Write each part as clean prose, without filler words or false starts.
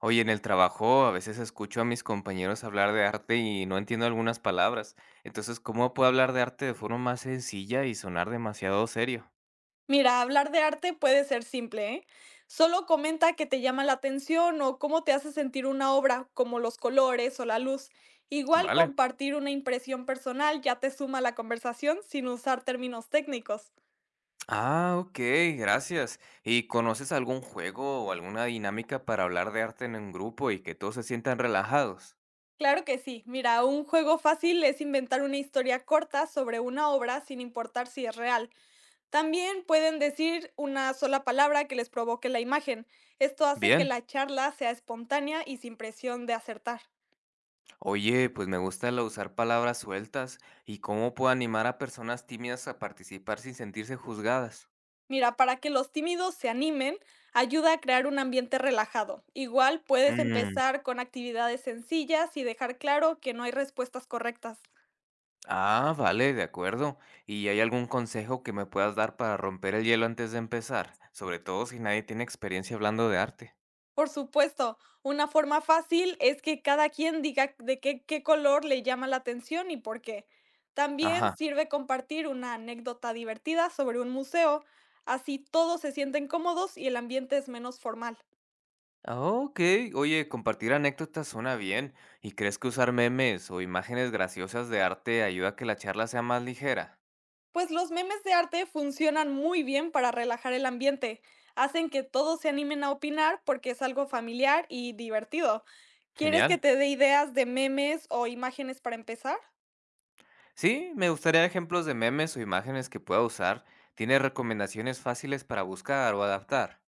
Oye, en el trabajo a veces escucho a mis compañeros hablar de arte y no entiendo algunas palabras. Entonces, ¿cómo puedo hablar de arte de forma más sencilla y sonar demasiado serio? Mira, hablar de arte puede ser simple, ¿eh? Solo comenta que te llama la atención o cómo te hace sentir una obra, como los colores o la luz. Igual Vale. compartir una impresión personal ya te suma a la conversación sin usar términos técnicos. Ah, ok, gracias. ¿Y conoces algún juego o alguna dinámica para hablar de arte en un grupo y que todos se sientan relajados? Claro que sí, mira, un juego fácil es inventar una historia corta sobre una obra sin importar si es real. También pueden decir una sola palabra que les provoque la imagen. Esto hace que Bien. la charla sea espontánea y sin presión de acertar. Oye, pues me gusta usar palabras sueltas y cómo puedo animar a personas tímidas a participar sin sentirse juzgadas. Mira, para que los tímidos se animen, ayuda a crear un ambiente relajado. Igual puedes Mm, empezar con actividades sencillas y dejar claro que no hay respuestas correctas. ah, vale, de acuerdo. ¿Y hay algún consejo que me puedas dar para romper el hielo antes de empezar? Sobre todo si nadie tiene experiencia hablando de arte. Por supuesto, una forma fácil es que cada quien diga de qué color le llama la atención y por qué. También Ajá. sirve compartir una anécdota divertida sobre un museo, así todos se sienten cómodos y el ambiente es menos formal. Ah, ok, oye, compartir anécdotas suena bien. ¿Y crees que usar memes o imágenes graciosas de arte ayuda a que la charla sea más ligera? Pues los memes de arte funcionan muy bien para relajar el ambiente. Hacen que todos se animen a opinar porque es algo familiar y divertido. ¿Quieres que Genial. te dé ideas de memes o imágenes para empezar? Sí, me gustaría ejemplos de memes o imágenes que pueda usar. ¿Tienes recomendaciones fáciles para buscar o adaptar?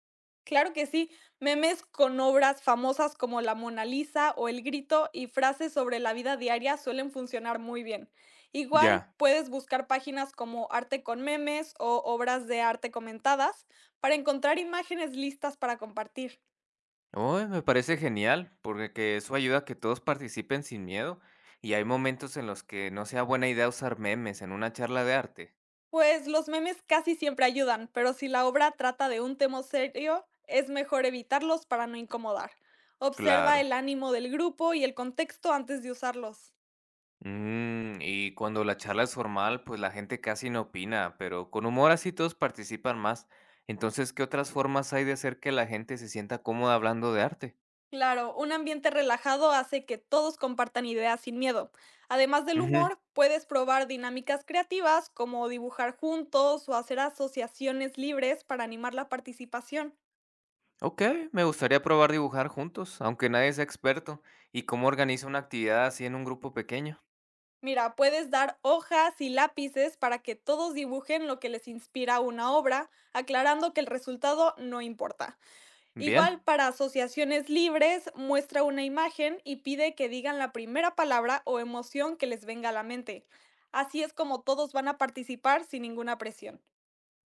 Claro que sí, memes con obras famosas como la Mona Lisa o El Grito y frases sobre la vida diaria suelen funcionar muy bien. Igual Ya. puedes buscar páginas como Arte con Memes o Obras de Arte Comentadas para encontrar imágenes listas para compartir. Uy, me parece genial, porque que eso ayuda a que todos participen sin miedo y hay momentos en los que no sea buena idea usar memes en una charla de arte. Pues los memes casi siempre ayudan, pero si la obra trata de un tema serio, es mejor evitarlos para no incomodar. Claro. Observa el ánimo del grupo y el contexto antes de usarlos. Mm, y cuando la charla es formal, pues la gente casi no opina, pero con humor así todos participan más. Entonces, ¿qué otras formas hay de hacer que la gente se sienta cómoda hablando de arte? Claro, un ambiente relajado hace que todos compartan ideas sin miedo. Además del Ujú. humor, puedes probar dinámicas creativas como dibujar juntos o hacer asociaciones libres para animar la participación. Ok, me gustaría probar dibujar juntos, aunque nadie sea experto, y cómo organiza una actividad así en un grupo pequeño. Mira, puedes dar hojas y lápices para que todos dibujen lo que les inspira una obra, aclarando que el resultado no importa. Igual Bien. para asociaciones libres, muestra una imagen y pide que digan la primera palabra o emoción que les venga a la mente. Así es como todos van a participar sin ninguna presión.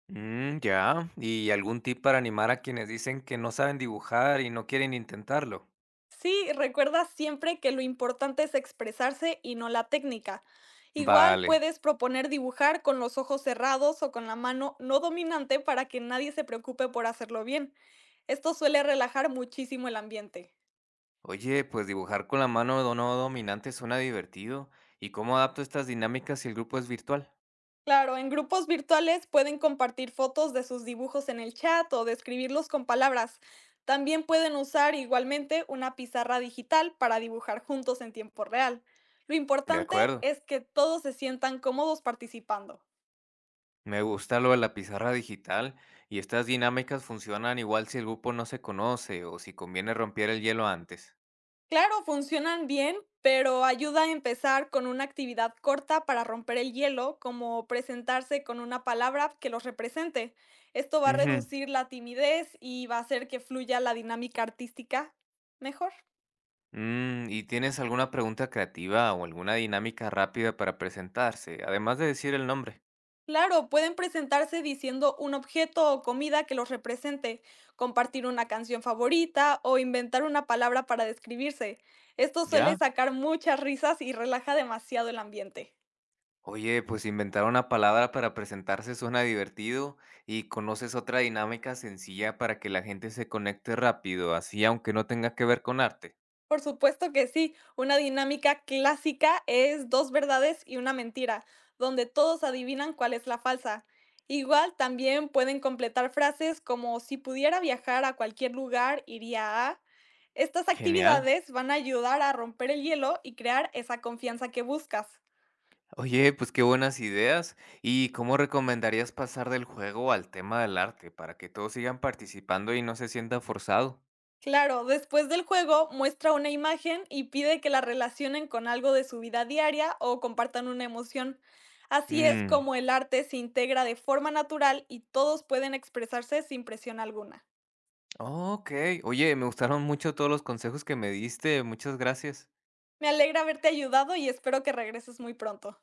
Mm, ya. ¿Y algún tip para animar a quienes dicen que no saben dibujar y no quieren intentarlo? Sí, recuerda siempre que lo importante es expresarse y no la técnica. Igual Vale. puedes proponer dibujar con los ojos cerrados o con la mano no dominante para que nadie se preocupe por hacerlo bien. Esto suele relajar muchísimo el ambiente. Oye, pues dibujar con la mano no dominante suena divertido. ¿Y cómo adapto estas dinámicas si el grupo es virtual? Claro, en grupos virtuales pueden compartir fotos de sus dibujos en el chat o describirlos con palabras. También pueden usar igualmente una pizarra digital para dibujar juntos en tiempo real. Lo De importante acuerdo. es que todos se sientan cómodos participando. Me gusta lo de la pizarra digital y estas dinámicas funcionan igual si el grupo no se conoce o si conviene romper el hielo antes. Claro, funcionan bien, pero ayuda a empezar con una actividad corta para romper el hielo, como presentarse con una palabra que los represente. Esto va a Ujú. reducir la timidez y va a hacer que fluya la dinámica artística mejor. Mm, ¿y tienes alguna pregunta creativa o alguna dinámica rápida para presentarse, además de decir el nombre? Claro, pueden presentarse diciendo un objeto o comida que los represente, compartir una canción favorita o inventar una palabra para describirse. Esto suele ¿Ya? sacar muchas risas y relaja demasiado el ambiente. Oye, pues inventar una palabra para presentarse suena divertido y conoces otra dinámica sencilla para que la gente se conecte rápido, así aunque no tenga que ver con arte. Por supuesto que sí, una dinámica clásica es dos verdades y una mentira, donde todos adivinan cuál es la falsa. Igual también pueden completar frases como si pudiera viajar a cualquier lugar, iría a... Estas Genial. actividades van a ayudar a romper el hielo y crear esa confianza que buscas. Oye, pues qué buenas ideas. ¿Y cómo recomendarías pasar del juego al tema del arte para que todos sigan participando y no se sienta forzado? Claro, después del juego muestra una imagen y pide que la relacionen con algo de su vida diaria o compartan una emoción. Así es Mm, como el arte se integra de forma natural y todos pueden expresarse sin presión alguna. ok. Oye, me gustaron mucho todos los consejos que me diste. Muchas gracias. Me alegra haberte ayudado y espero que regreses muy pronto.